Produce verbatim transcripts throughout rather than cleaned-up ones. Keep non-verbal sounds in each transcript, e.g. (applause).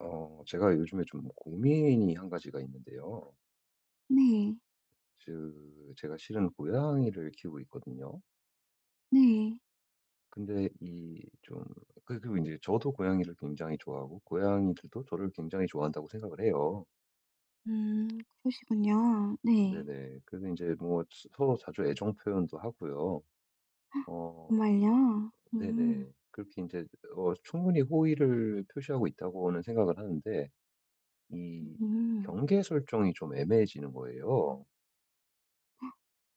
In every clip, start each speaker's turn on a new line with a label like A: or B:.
A: 어, 제가 요즘에 좀 고민이 한 가지가 있는데요.
B: 네.
A: 그, 제가 실은 고양이를 키우고 있거든요.
B: 네.
A: 근데 이 좀, 그- 그리고 이제 저도 고양이를 굉장히 좋아하고, 고양이들도 저를 굉장히 좋아한다고 생각을 해요.
B: 음, 그러시군요. 네.
A: 네네. 그래서 이제 뭐 스- 서로 자주 애정 표현도 하고요. 어,
B: 정말요? 음.
A: 네네. 그렇게 이제, 어, 충분히 호의를 표시하고 있다고는 생각을 하는데, 이
B: 음.
A: 경계 설정이 좀 애매해지는 거예요.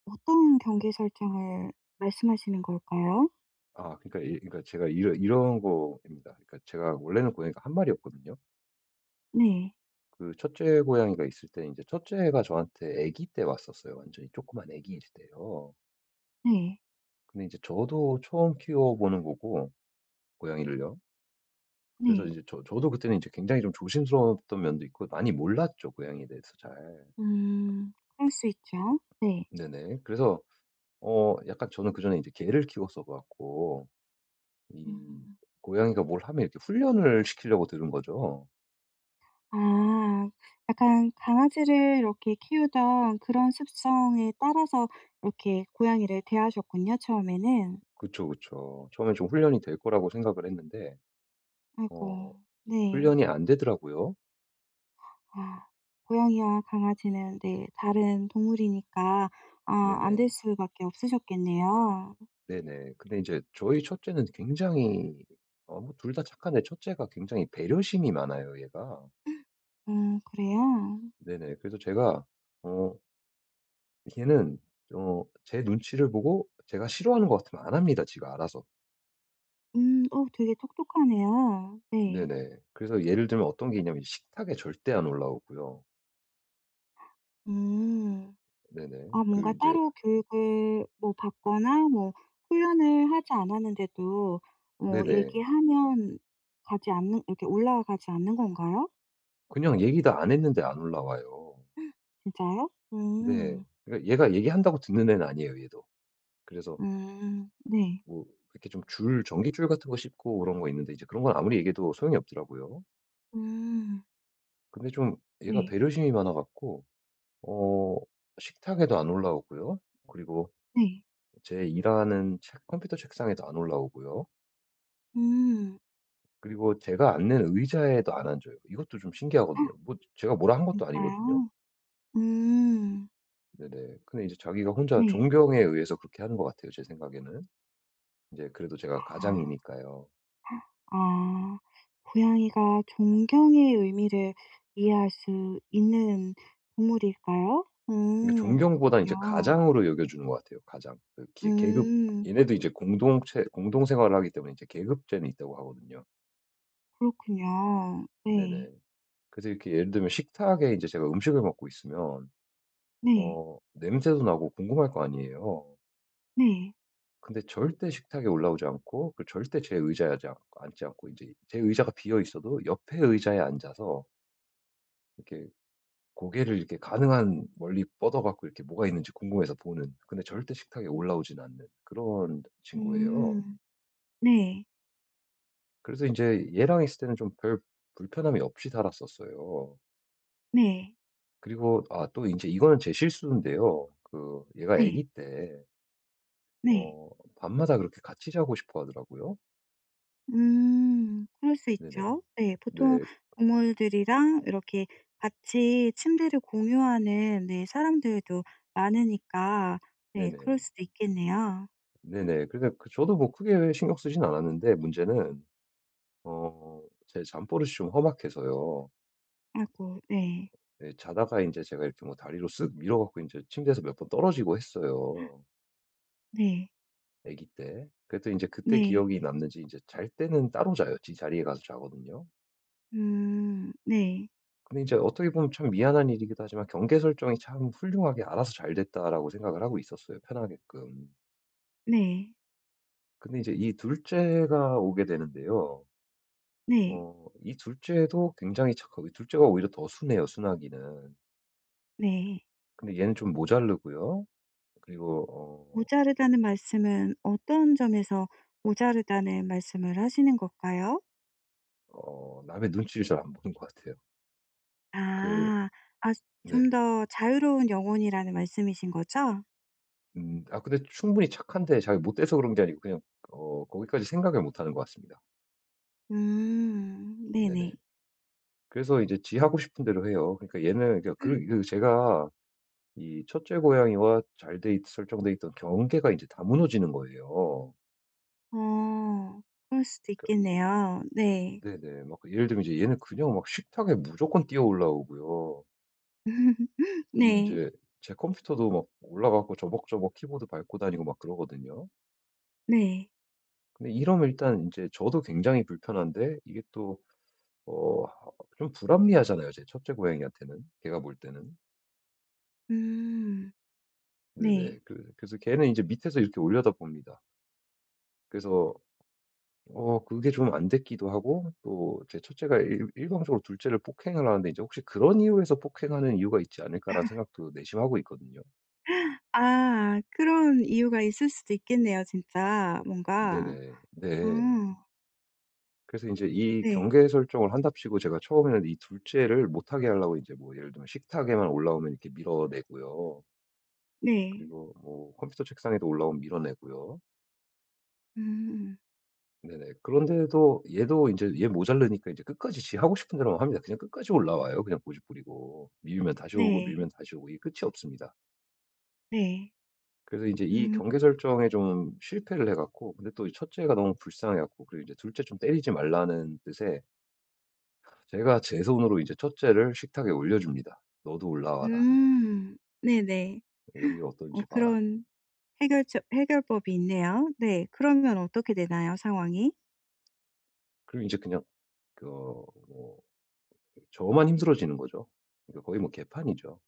B: 어떤 경계 설정을 말씀하시는 걸까요?
A: 아 그러니까 이 그러니까 제가 이런 이런 거입니다. 그러니까 제가 원래는 고양이가 한 마리였거든요.
B: 네.
A: 그 첫째 고양이가 있을 때 이제 첫 째가 저한테 아기 때 왔었어요. 완전히 조그만 아기일 때요.
B: 네.
A: 근데 이제 저도 처음 키워보는 거고 고양이를요. 그래서
B: 네.
A: 이제 저 저도 그때는 이제 굉장히 좀 조심스러웠던 면도 있고 많이 몰랐죠, 고양이에 대해서 잘.
B: 음. 그럴 수 있죠. 네.
A: 네네. 그래서 어 약간 저는 그전에 이제 개를 키웠어 갖고 이
B: 음.
A: 고양이가 뭘 하면 이렇게 훈련을 시키려고 들은 거죠.
B: 아, 약간 강아지를 이렇게 키우던 그런 습성에 따라서 이렇게 고양이를 대하셨군요, 처음에는.
A: 그쵸, 그쵸. 처음에 좀 훈련이 될 거라고 생각을 했는데
B: 아이고.
A: 어
B: 네.
A: 훈련이 안 되더라고요.
B: 아, 고양이와 강아지는 네 다른 동물이니까 아 안 될
A: 네네.
B: 수밖에 없으셨겠네요.
A: 네네. 근데 이제 저희 첫째는 굉장히 어 뭐 둘 다 착한데 첫째가 굉장히 배려심이 많아요 얘가.
B: 음, 그래요?
A: 네네. 그래서 제가 어 얘는 어 제 눈치를 보고 제가 싫어하는 것 같으면 안 합니다, 지가 알아서.
B: 음, 어 되게 똑똑하네요. 네.
A: 네네. 그래서 예를 들면 어떤 게 있냐면 식탁에 절대 안 올라오고요.
B: 음.
A: 네네.
B: 아,
A: 그
B: 뭔가
A: 이제
B: 따로 교육을 뭐 받거나 뭐 훈련을 하지 않았는데도 뭐
A: 네네.
B: 얘기하면 가지 않는, 이렇게 올라가지 않는 건가요?
A: 그냥 얘기 다 안 했는데 안 올라와요.
B: 진짜요?
A: 네.
B: 음.
A: 그러니까 얘가 얘기한다고 듣는 애는 아니에요 얘도. 그래서
B: 음. 네.
A: 뭐 이렇게 좀 줄 전기줄 같은 거 씹고 그런 거 있는데 이제 그런 건 아무리 얘기해도 소용이 없더라고요.
B: 음.
A: 근데 좀 얘가
B: 네.
A: 배려심이 많아 갖고 어 식탁에도 안 올라오고요. 그리고
B: 네.
A: 제 일하는 책 컴퓨터 책상에도 안 올라오고요.
B: 음.
A: 그리고 제가 앉는 의자에도 안 앉아요. 이것도 좀 신기하거든요. 뭐 제가 뭐라 한 것도 아니거든요.
B: 진짜요? 음.
A: 네네. 근데 이제 자기가 혼자
B: 네.
A: 존경에 의해서 그렇게 하는 것 같아요 제 생각에는. 이제 그래도 제가
B: 아.
A: 가장이니까요.
B: 아. 고양이가 존경의 의미를 이해할 수 있는 동물일까요?
A: 그러니까
B: 음,
A: 존경보다는 이제
B: 그렇군요.
A: 가장으로 여겨주는 것 같아요, 가장. 그 계 계급
B: 음,
A: 얘네도 이제 공동체 공동 생활을 하기 때문에 이제 계급제는 있다고 하거든요.
B: 그렇군요. 네.
A: 네네. 그래서 이렇게 예를 들면 식탁에 이제 제가 음식을 먹고 있으면
B: 네.
A: 어 냄새도 나고 궁금할 거 아니에요.
B: 네.
A: 근데 절대 식탁에 올라오지 않고 그 절대 제 의자에 지않 앉지 않고 이제 제 의자가 비어 있어도 옆에 의자에 앉아서 이렇게 고개를 이렇게 가능한 멀리 뻗어 갖고 이렇게 뭐가 있는지 궁금해서 보는 근데 절대 식탁에 올라오진 않는 그런 친구예요.
B: 음. 네.
A: 그래서 이제 얘랑 있을 때는 좀 별 불편함이 없이 살았었어요.
B: 네.
A: 그리고 아 또 인제 이거는 제 실수인데요. 그 얘가
B: 네. 네.
A: 아기 때
B: 네.
A: 어 밤마다 그렇게 같이 자고 싶어 하더라고요.
B: 음. 그럴 수
A: 네네.
B: 있죠. 네. 보통
A: 네.
B: 동물들이랑 이렇게 같이 침대를 공유하는 네 사람들도 많으니까 네 그럴
A: 네네.
B: 수도 있겠네요.
A: 네네. 그래서 그 저도 뭐 크게 신경 쓰진 않았는데 문제는 어 제 잠버릇이 좀 험악해서요.
B: 아이고 네.
A: 예 자다가 인제 제가 이렇게 뭐 다리로 쓱 밀어 갖고 인제 침대에서 몇 번 떨어지고 했어요.
B: 네.
A: 아기 때. 그래도 이제 그때
B: 네.
A: 기억이 남는지 이제 잘 때는 따로 자요. 지 자리에 가서 자거든요.
B: 음. 네.
A: 근데 이제 어떻게 보면 참 미안한 일이기도 하지만 경계 설정이 참 훌륭하게 '알아서 잘 됐다.'라고 생각을 하고 있었어요, 편하게끔.
B: 네.
A: 근데 이제 이 둘 째가 오게 되는데요.
B: 네.
A: 어 이 둘 째도 굉장히 착하고 이 째가 오히려 더 순해요, 순하기는.
B: 네.
A: 근데 얘는 좀 모자르고요. 그리고 어
B: 모자르다는 말씀은 어떤 점에서 모자르다는 말씀을 하시는 걸까요?
A: 어 남의 눈치를 잘 안 보는 것 같아요. 그
B: 아. 아, 좀
A: 네.
B: 더 자유로운 영혼이라는 말씀이신 거죠?
A: 음. 아 근데 충분히 착한데 잘 못 돼서 그런 게 아니고 그냥 어 거기까지 생각을 못 하는 것 같습니다.
B: 음. 네네.
A: 네네. 그래서 이제 지 하고 싶은 대로 해요. 그러니까 얘는 그러니까 그 그 제가 이 첫째 고양이와 잘돼있 설정돼 있던 경계가 이제 다 무너지는 거예요.
B: 어. 그럴 수도
A: 그러니까
B: 있겠네요. 네.
A: 네네. 막 예를 들면 이제 얘는 그냥 막 식탁에 무조건 뛰어 올라오고요.
B: (laughs)
A: 그리고
B: 네.
A: 제제 컴퓨터도 막 올라가고 저벅저벅 키보드 밟고 다니고 막 그러거든요.
B: 네.
A: 근데 이러면 일단 이제 저도 굉장히 불편한데 이게 또 어 좀 불합리하잖아요 제 첫째 고양이한테는 걔가 볼 때는.
B: 음. 네.
A: 네네. 그 그래서 걔는 이제 밑에서 이렇게 올려다봅니다. 그래서 어 그게 좀 안 됐기도 하고 또 제 첫째가 일 일방적으로 둘째를 폭행을 하는데 이제 혹시 '그런 이유에서 폭행하는 이유가 있지 않을까.'라는 생각도 내심하고 있거든요.
B: 아, 그런 이유가 있을 수도 있겠네요, 진짜 뭔가.
A: 네네. 네.
B: 음,
A: 그래서 이제 이
B: 네.
A: 경계 설정을 한답시고 제가 처음에는 이 둘째를 못하게 하려고 이제 뭐 예를 들면 식탁에만 올라오면 이렇게 밀어내고요.
B: 네.
A: 그리고 뭐 컴퓨터 책상에도 올라오면 밀어내고요.
B: 음.
A: 네네. 그런데도 얘도 인제 얘 모자르니까 이제 끝까지 지 하고 싶은 대로만 합니다. 그냥 끝까지 올라와요 그냥 고집 부리고. 밀면 다시 오고
B: 네.
A: 밀면 다시 오고 이게 끝이 없습니다.
B: 네.
A: 그래서 인제 이
B: 음.
A: 경계 설정에 좀 실패를 해 갖고 근데 또 이 첫째가 너무 불쌍해 갖고 그리고 이제 둘째 좀 때리지 말라는 뜻에 제가 제 손으로 이제 첫째를 식탁에 올려줍니다. "너도 올라와라.
B: 음. 네네.
A: 여기가
B: 어
A: 어떤지 봐라."
B: 그런 해결 해결법이 있네요. 네. 그러면 어떻게 되나요, 상황이?
A: 그리고 인제 그냥 그 어 뭐 저만 힘들어지는 거죠. 그러니까 거의 뭐 개판이죠.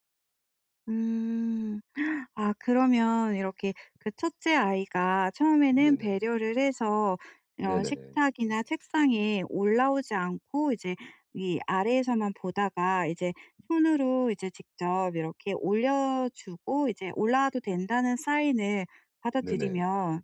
B: 음. (sucks teeth) 아, 그러면 이렇게 그 첫째 아이가 처음에는
A: 네네.
B: 배려를 해서 이런
A: 네네.
B: 식탁이나 책상에 올라오지 않고 이제 이 아래에서만 보다가 이제 손으로 이제 직접 이렇게 올려 주고 이제 올라와도 된다는 사인을
A: 네네.
B: 받아들이면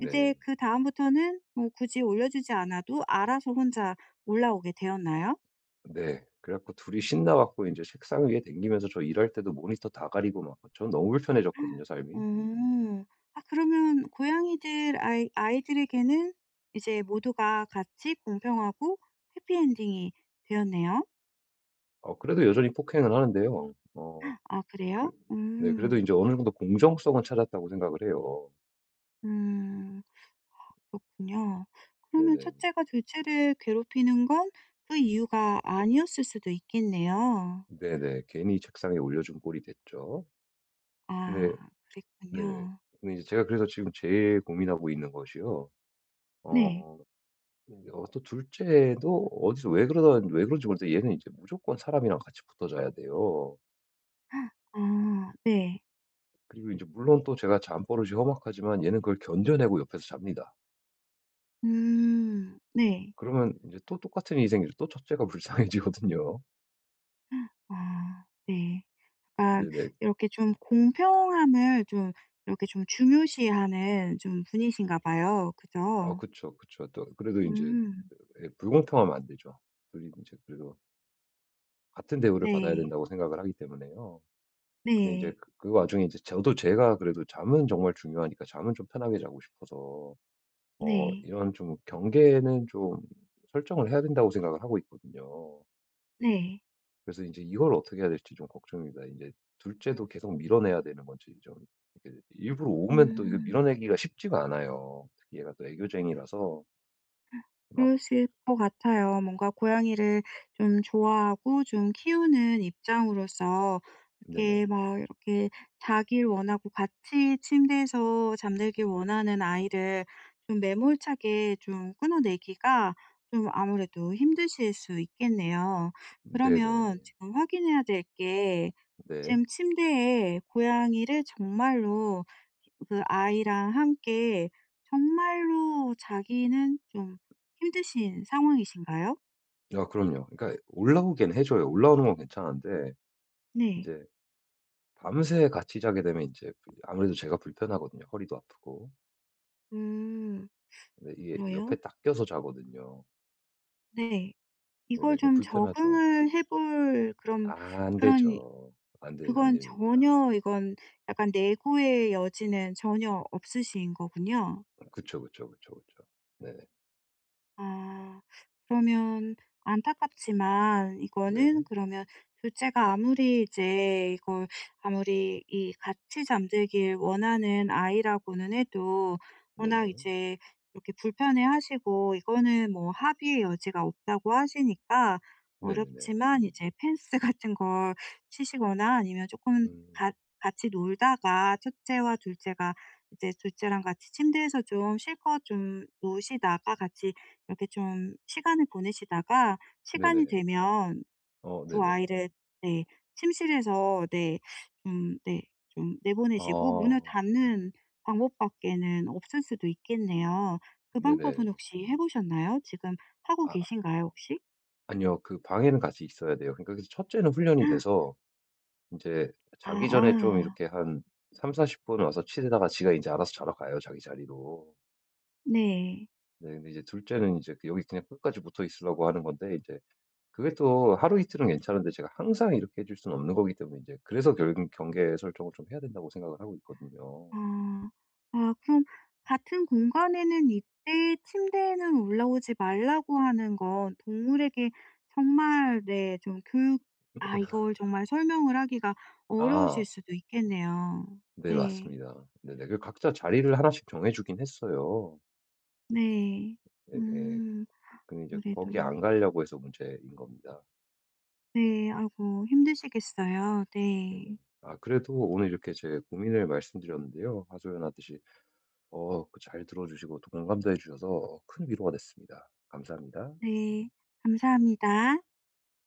B: 이제 그다음부터는 뭐 굳이 올려주지 않아도 알아서 혼자 올라오게 되었나요?
A: 네. 그래 갖고 둘이 신나 갖고 이제 책상 위에 댕기면서 저 일할 때도 모니터 다 가리고 막 전 너무 불편해졌거든요, 삶이.
B: 음. 아, 그러면 고양이들, 아이 아이들에게는 이제 모두가 같이 공평하고 해피 엔딩이 되었네요.
A: 어 그래도 여전히 폭행은 하는데요. 어
B: 아,
A: 그
B: 그래요?
A: 네 그래도 이
B: 음.
A: 제 어느 정도 공정성은 찾았다고 생각을 해요.
B: 음. 그렇군요. 그러면
A: 네네.
B: 첫째가 둘째를 괴롭히는 건 그 이유가 아니었을 수도 있겠네요.
A: 네네. 괜히 책상에 올려준 꼴이 됐죠.
B: 아,
A: 네 네.
B: 그랬군요.
A: 근데 이제 제가 그래서 지금 제일 고민하고 있는 것이요.
B: 네.
A: 어 어 또 둘째도 어디서 왜 그러다 왜 그런지 모르겠는데 얘는 이제 무조건 사람이랑 같이 붙어 자야 돼요.
B: 아 네.
A: 그리고 이제 물론 또 제가 잠버릇이 험악하지만 얘는 그걸 견뎌내고 옆에서 잡니다.
B: 음. 네.
A: 그러면 이제 또 똑같은 일이 생기죠. 또 첫째가 (laughs) 불쌍해지거든요.
B: 아 네. 약간
A: 네네.
B: 이렇게 좀 공평함을 좀 이렇게 좀 중요시하는 좀 분이신가 봐요.
A: 아
B: 그죠?
A: 그쵸, 그쵸. 또 그래도 이제
B: 음.
A: 예 불공평하면 안 되죠. 둘이 제 그래도 같은 대우를 받아야
B: 네.
A: 된다고 생각을 하기 때문에요. 근데 이제
B: 네.
A: 그 그 와중에 이제 저도 제가 그래도 잠은 정말 중요하니까 잠은 좀 편하게 자고 싶어서 어
B: 네.
A: 이런 좀 경계는 좀 설정을 해야 된다고 생각을 하고 있거든요.
B: 네.
A: 그래서 이제 이걸 어떻게 해야 될지 좀 걱정입니다. 이제 둘째도 계속 밀어내야 되는 건지 좀 이렇게 일부러 오면 또 이거
B: 음.
A: 밀어내기가 쉽지가 않아요. 특히 얘가 또 애교쟁이라서 막
B: 그러실 것 같아요. 뭔가 고양이를 좀 좋아하고 좀 키우는 입장으로서
A: 네네.
B: 이렇게 막 이렇게 자길 원하고 같이 침대에서 잠들길 원하는 아이를 좀 매몰차게 좀 끊어내기가 좀 아무래도 힘드실 수 있겠네요. 그러면
A: 네네.
B: 지금 확인해야 될 게,
A: 네.
B: 지금 침대에 고양이를 정말로 그 아이랑 함께 정말로 자기는 좀 힘드신 상황이신가요?
A: 아 그럼요. 그러니까 올라오긴 해 줘요. 올라오는 건 괜찮은데
B: 네.
A: 인제 밤새 같이 자게 되면 인제 그 아무래도 제가 불편하거든요, 허리도 아프고.
B: 음.
A: 근데 이게 옆에
B: 그래요?
A: 딱 껴서 자거든요.
B: 네.
A: 네네.
B: 이걸
A: 그게
B: 좀
A: 불편하죠.
B: 적응을 해볼 그런
A: 아 안
B: 그런
A: 되죠. 안 돼 안
B: 그건
A: 됩니다.
B: 전혀, 이건 약간 내구의 여지는 전혀 없으신 거군요.
A: 그쵸, 그쵸, 그쵸, 그쵸. 네네.
B: 아. 그러면 안타깝지만 이거는
A: 네.
B: 그러면 둘째가 아무리 이제 이걸, 아무리 이 같이 잠들길 원하는 아이라고는 해도 워낙
A: 네네.
B: 이제 이렇게 불편해하시고 이거는 뭐 합의의 여지가 없다고 하시니까
A: 네네네.
B: 어렵지만 이제 펜스 같은 걸 치시거나 아니면 조금
A: 음.
B: 같 같이 놀다가 첫째와 둘째가 이제 둘째랑 같이 침대에서 좀 실컷 좀 노시다가 같이 이렇게 좀 시간을 보내시다가 시간이
A: 네네.
B: 되면
A: 어
B: 두
A: 네네.
B: 아이를 네 침실에서 네 좀 네 좀
A: 아
B: 내보내시고 문을 닫는 방법밖에는 없을 수도 있겠네요. 그 방법은
A: 네네.
B: 혹시 해 보셨나요? 지금 하고
A: 아
B: 계신가요, 혹시?
A: 아니요. 그 방에는 같이 있어야 돼요. 그러니까 그래서 첫째는 훈련이 돼서 인제
B: 아
A: 자기 전에 좀
B: 아.
A: 이렇게 한삼4 십 분 와서 치대다가 지가 인제 알아서 자러 가요, 자기 자리로.
B: 네.
A: 네 근데 이제 둘째는 이제 그 여기 그냥 끝까지 붙어 있으려고 하는 건데 이제 그게 또 하루 이틀은 괜찮은데 제가 항상 이렇게 해줄 수는 없는 거기 때문에 이제 그래서 결국 경계 설정을 좀 해야 된다고 생각을 하고 있거든요.
B: 아. 아, 그럼 같은 공간에는, 이때 침대에는 올라오지 말라고 하는 건 동물에게 정말 네 좀 교육, 아 이걸 정말 설명을 하기가
A: 아.
B: 어려우실 수도 있겠네요.
A: 네
B: 네.
A: 맞습니다. 네네. 그 각자 자리를 하나씩 정해 주긴 했어요.
B: 네.
A: 예예.
B: 음.
A: 근데 이제 거기
B: 아무래도.
A: 안 가려고 해서 문제인 겁니다.
B: 네. 아이고 힘드시겠어요.
A: 네네.
B: 네.
A: 아 그래도 오늘 이렇게 제 고민을 말씀드렸는데요. 하소연하듯이 어 그잘 들어 주시고 또 공감도 해 주셔서 큰 위로가 됐습니다. 감사합니다.
B: 네. 감사합니다.